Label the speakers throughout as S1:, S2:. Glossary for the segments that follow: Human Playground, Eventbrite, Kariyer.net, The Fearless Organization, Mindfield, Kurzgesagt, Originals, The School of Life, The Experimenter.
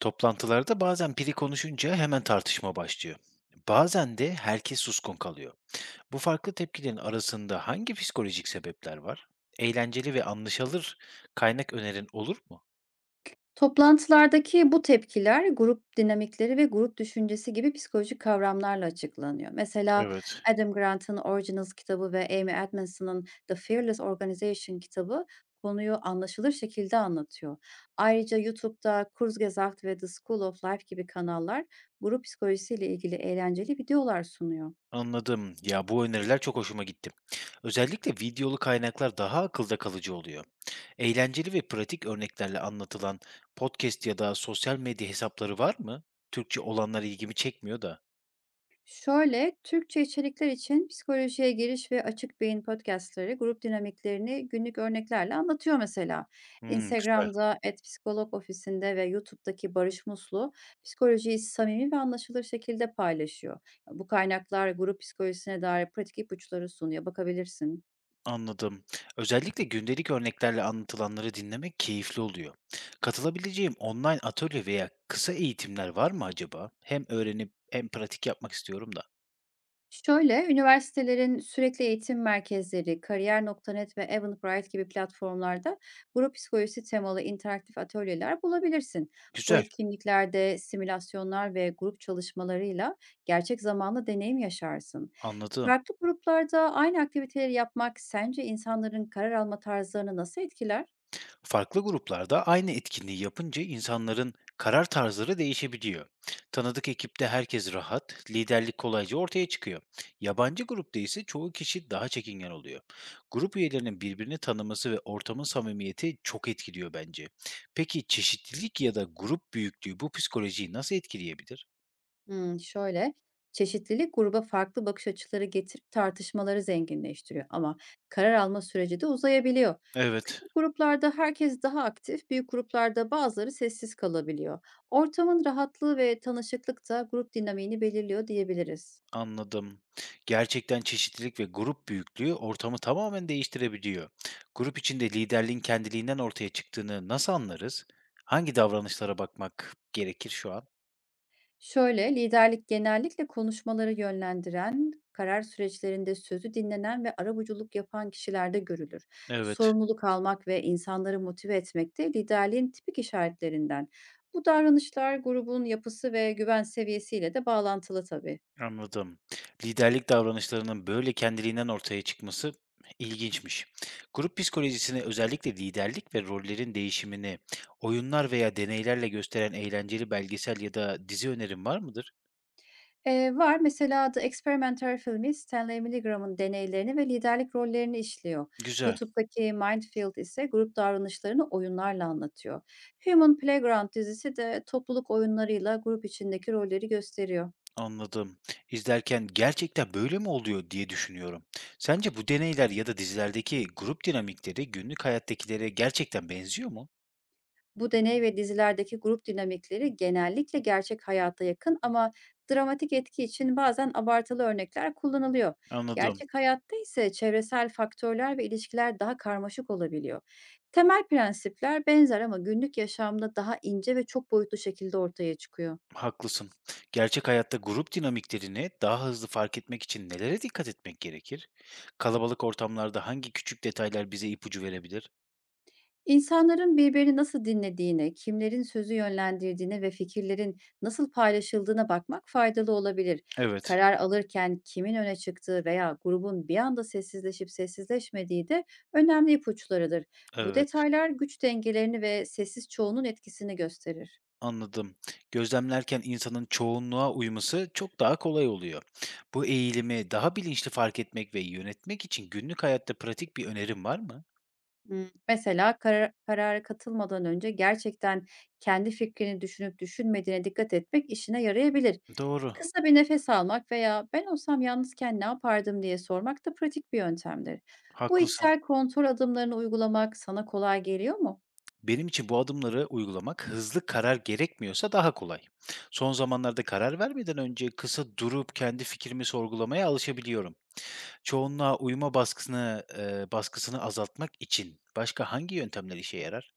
S1: Toplantılarda bazen biri konuşunca hemen tartışma başlıyor. Bazen de herkes suskun kalıyor. Bu farklı tepkilerin arasında hangi psikolojik sebepler var? Eğlenceli ve anlaşılır kaynak önerin olur mu?
S2: Toplantılardaki bu tepkiler grup dinamikleri ve grup düşüncesi gibi psikolojik kavramlarla açıklanıyor. Mesela
S1: Evet.
S2: Adam Grant'ın Originals kitabı ve Amy Edmondson'ın The Fearless Organization kitabı konuyu anlaşılır şekilde anlatıyor. Ayrıca YouTube'da Kurzgesagt ve The School of Life gibi kanallar grup psikolojisiyle ilgili eğlenceli videolar sunuyor.
S1: Anladım. Ya bu öneriler çok hoşuma gitti. Özellikle videolu kaynaklar daha akılda kalıcı oluyor. Eğlenceli ve pratik örneklerle anlatılan podcast ya da sosyal medya hesapları var mı? Türkçe olanlar ilgimi çekmiyor da.
S2: Şöyle, Türkçe içerikler için psikolojiye giriş ve açık beyin podcastları grup dinamiklerini günlük örneklerle anlatıyor mesela.
S1: Hmm, güzel.
S2: Instagram'da et psikolog ofisinde ve YouTube'daki Barış Muslu psikolojiyi samimi ve anlaşılır şekilde paylaşıyor. Bu kaynaklar grup psikolojisine dair pratik ipuçları sunuyor. Bakabilirsin.
S1: Anladım. Özellikle gündelik örneklerle anlatılanları dinlemek keyifli oluyor. Katılabileceğim online atölye veya kısa eğitimler var mı acaba? Hem öğrenip hem pratik yapmak istiyorum da.
S2: Şöyle, üniversitelerin sürekli eğitim merkezleri, Kariyer.net ve Eventbrite gibi platformlarda grup psikolojisi temalı interaktif atölyeler bulabilirsin. Bu
S1: Güzel,
S2: etkinliklerde simülasyonlar ve grup çalışmalarıyla gerçek zamanlı deneyim yaşarsın.
S1: anladım.
S2: Farklı gruplarda aynı aktiviteleri yapmak sence insanların karar alma tarzlarını nasıl etkiler?
S1: Farklı gruplarda aynı etkinliği yapınca insanların karar tarzları değişebiliyor. Tanıdık ekipte herkes rahat, liderlik kolayca ortaya çıkıyor. Yabancı grupta ise çoğu kişi daha çekingen oluyor. Grup üyelerinin birbirini tanıması ve ortamın samimiyeti çok etkiliyor bence. Peki çeşitlilik ya da grup büyüklüğü bu psikolojiyi nasıl etkileyebilir?
S2: Şöyle, çeşitlilik gruba farklı bakış açıları getirip tartışmaları zenginleştiriyor ama karar alma süreci de uzayabiliyor.
S1: Evet,
S2: Küçük gruplarda herkes daha aktif, büyük gruplarda bazıları sessiz kalabiliyor. Ortamın rahatlığı ve tanışıklık da grup dinamiğini belirliyor diyebiliriz.
S1: anladım. Gerçekten çeşitlilik ve grup büyüklüğü ortamı tamamen değiştirebiliyor. Grup içinde liderliğin kendiliğinden ortaya çıktığını nasıl anlarız? Hangi davranışlara bakmak gerekir şu an?
S2: Şöyle, liderlik genellikle konuşmaları yönlendiren, karar süreçlerinde sözü dinlenen ve arabuluculuk yapan kişilerde görülür.
S1: Evet,
S2: Sorumluluk almak ve insanları motive etmek de liderliğin tipik işaretlerinden. Bu davranışlar grubun yapısı ve güven seviyesiyle de bağlantılı tabii.
S1: anladım. Liderlik davranışlarının böyle kendiliğinden ortaya çıkması ilginçmiş. Grup psikolojisini özellikle liderlik ve rollerin değişimini oyunlar veya deneylerle gösteren eğlenceli belgesel ya da dizi önerin var mıdır?
S2: Var. Mesela The Experimenter filmi Stanley Milgram'ın deneylerini ve liderlik rollerini işliyor.
S1: Güzel.
S2: YouTube'daki Mindfield ise grup davranışlarını oyunlarla anlatıyor. Human Playground dizisi de topluluk oyunlarıyla grup içindeki rolleri gösteriyor.
S1: Anladım. İzlerken gerçekten böyle mi oluyor diye düşünüyorum. Sence bu deneyler ya da dizilerdeki grup dinamikleri günlük hayattakilere gerçekten benziyor mu?
S2: Bu deney ve dizilerdeki grup dinamikleri genellikle gerçek hayata yakın ama dramatik etki için bazen abartılı örnekler kullanılıyor.
S1: Anladım.
S2: Gerçek hayatta ise çevresel faktörler ve ilişkiler daha karmaşık olabiliyor. Temel prensipler benzer ama günlük yaşamda daha ince ve çok boyutlu şekilde ortaya çıkıyor.
S1: Haklısın. Gerçek hayatta grup dinamiklerini daha hızlı fark etmek için nelere dikkat etmek gerekir? Kalabalık ortamlarda hangi küçük detaylar bize ipucu verebilir?
S2: İnsanların birbirini nasıl dinlediğine, kimlerin sözü yönlendirdiğine ve fikirlerin nasıl paylaşıldığına bakmak faydalı olabilir.
S1: Evet,
S2: Karar alırken kimin öne çıktığı veya grubun bir anda sessizleşip sessizleşmediği de önemli ipuçlarıdır. Bu
S1: evet.
S2: detaylar güç dengelerini ve sessiz çoğunun etkisini gösterir.
S1: Anladım. Gözlemlerken insanın çoğunluğa uyması çok daha kolay oluyor. Bu eğilimi daha bilinçli fark etmek ve yönetmek için günlük hayatta pratik bir önerim var mı?
S2: Mesela karara katılmadan önce gerçekten kendi fikrini düşünüp düşünmediğine dikkat etmek işine yarayabilir.
S1: Doğru,
S2: Kısa bir nefes almak veya "Ben olsam yalnızken ne yapardım?" diye sormak da pratik bir yöntemdir. Bu
S1: haklısın.
S2: içsel kontrol adımlarını uygulamak sana kolay geliyor mu?
S1: Benim için bu adımları uygulamak hızlı karar gerekmiyorsa daha kolay. Son zamanlarda karar vermeden önce kısa durup kendi fikrimi sorgulamaya alışabiliyorum. Çoğunluğa uyma baskısını baskısını azaltmak için başka hangi yöntemler işe yarar?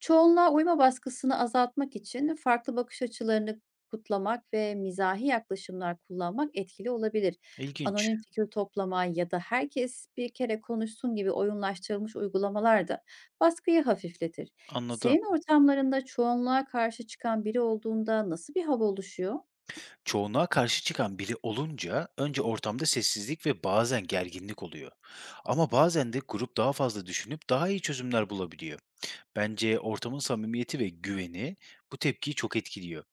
S2: Çoğunluğa uyma baskısını azaltmak için farklı bakış açılarını kutlamak ve mizahi yaklaşımlar kullanmak etkili olabilir.
S1: İlginç.
S2: Anonim fikir toplama ya da herkes bir kere konuşsun gibi oyunlaştırılmış uygulamalar da baskıyı hafifletir.
S1: Anladım.
S2: Senin ortamlarında çoğunluğa karşı çıkan biri olduğunda nasıl bir hava oluşuyor?
S1: Çoğunluğa karşı çıkan biri olunca önce ortamda sessizlik ve bazen gerginlik oluyor. Ama bazen de grup daha fazla düşünüp daha iyi çözümler bulabiliyor. Bence ortamın samimiyeti ve güveni bu tepkiyi çok etkiliyor.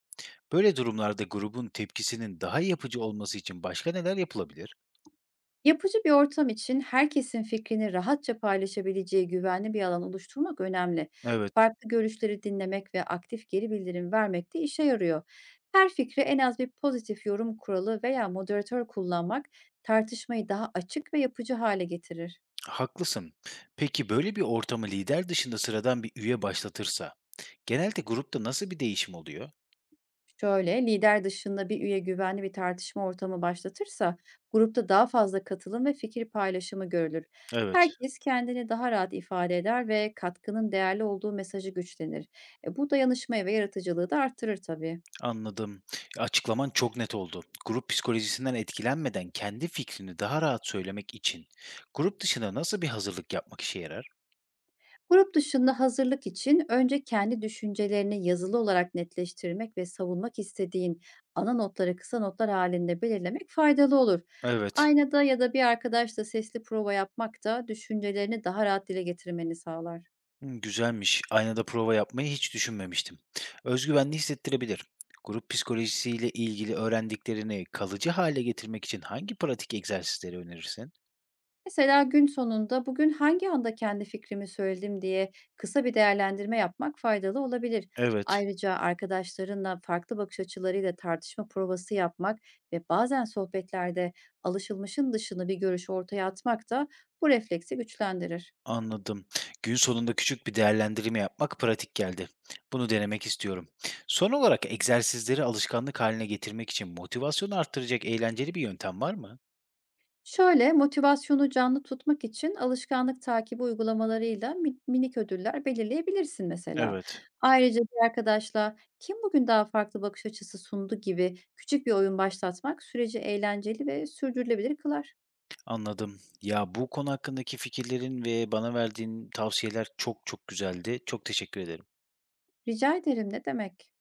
S1: Böyle durumlarda grubun tepkisinin daha yapıcı olması için başka neler yapılabilir?
S2: Yapıcı bir ortam için herkesin fikrini rahatça paylaşabileceği güvenli bir alan oluşturmak önemli.
S1: Evet,
S2: Farklı görüşleri dinlemek ve aktif geri bildirim vermek de işe yarıyor. Her fikre en az bir pozitif yorum kuralı veya moderatör kullanmak tartışmayı daha açık ve yapıcı hale getirir.
S1: haklısın. Peki böyle bir ortamı lider dışında sıradan bir üye başlatırsa, genelde grupta nasıl bir değişim oluyor?
S2: Şöyle, lider dışında bir üye güvenli bir tartışma ortamı başlatırsa, grupta daha fazla katılım ve fikir paylaşımı görülür.
S1: Evet.
S2: Herkes kendini daha rahat ifade eder ve katkının değerli olduğu mesajı güçlenir. Bu dayanışmayı ve yaratıcılığı da artırır tabii.
S1: Anladım. Açıklaman çok net oldu. Grup psikolojisinden etkilenmeden kendi fikrini daha rahat söylemek için grup dışında nasıl bir hazırlık yapmak işe yarar?
S2: Grup dışında hazırlık için önce kendi düşüncelerini yazılı olarak netleştirmek ve savunmak istediğin ana notları kısa notlar halinde belirlemek faydalı olur.
S1: Evet.
S2: Aynada ya da bir arkadaşla sesli prova yapmak da düşüncelerini daha rahat dile getirmeni sağlar.
S1: Hı, güzelmiş. Aynada prova yapmayı hiç düşünmemiştim. Özgüvenli hissettirebilir. Grup psikolojisiyle ilgili öğrendiklerini kalıcı hale getirmek için hangi pratik egzersizleri önerirsin?
S2: Mesela gün sonunda bugün hangi anda kendi fikrimi söyledim diye kısa bir değerlendirme yapmak faydalı olabilir.
S1: Evet.
S2: Ayrıca arkadaşlarınla farklı bakış açılarıyla tartışma provası yapmak ve bazen sohbetlerde alışılmışın dışını bir görüş ortaya atmak da bu refleksi güçlendirir.
S1: Anladım. Gün sonunda küçük bir değerlendirme yapmak pratik geldi. Bunu denemek istiyorum. Son olarak egzersizleri alışkanlık haline getirmek için motivasyonu arttıracak eğlenceli bir yöntem var mı?
S2: Şöyle, motivasyonu canlı tutmak için alışkanlık takibi uygulamalarıyla minik ödüller belirleyebilirsin mesela.
S1: Evet.
S2: Ayrıca bir arkadaşla kim bugün daha farklı bakış açısı sundu gibi küçük bir oyun başlatmak süreci eğlenceli ve sürdürülebilir kılar.
S1: Anladım. Ya bu konu hakkındaki fikirlerin ve bana verdiğin tavsiyeler çok çok güzeldi. Çok teşekkür ederim.
S2: Rica ederim, ne demek?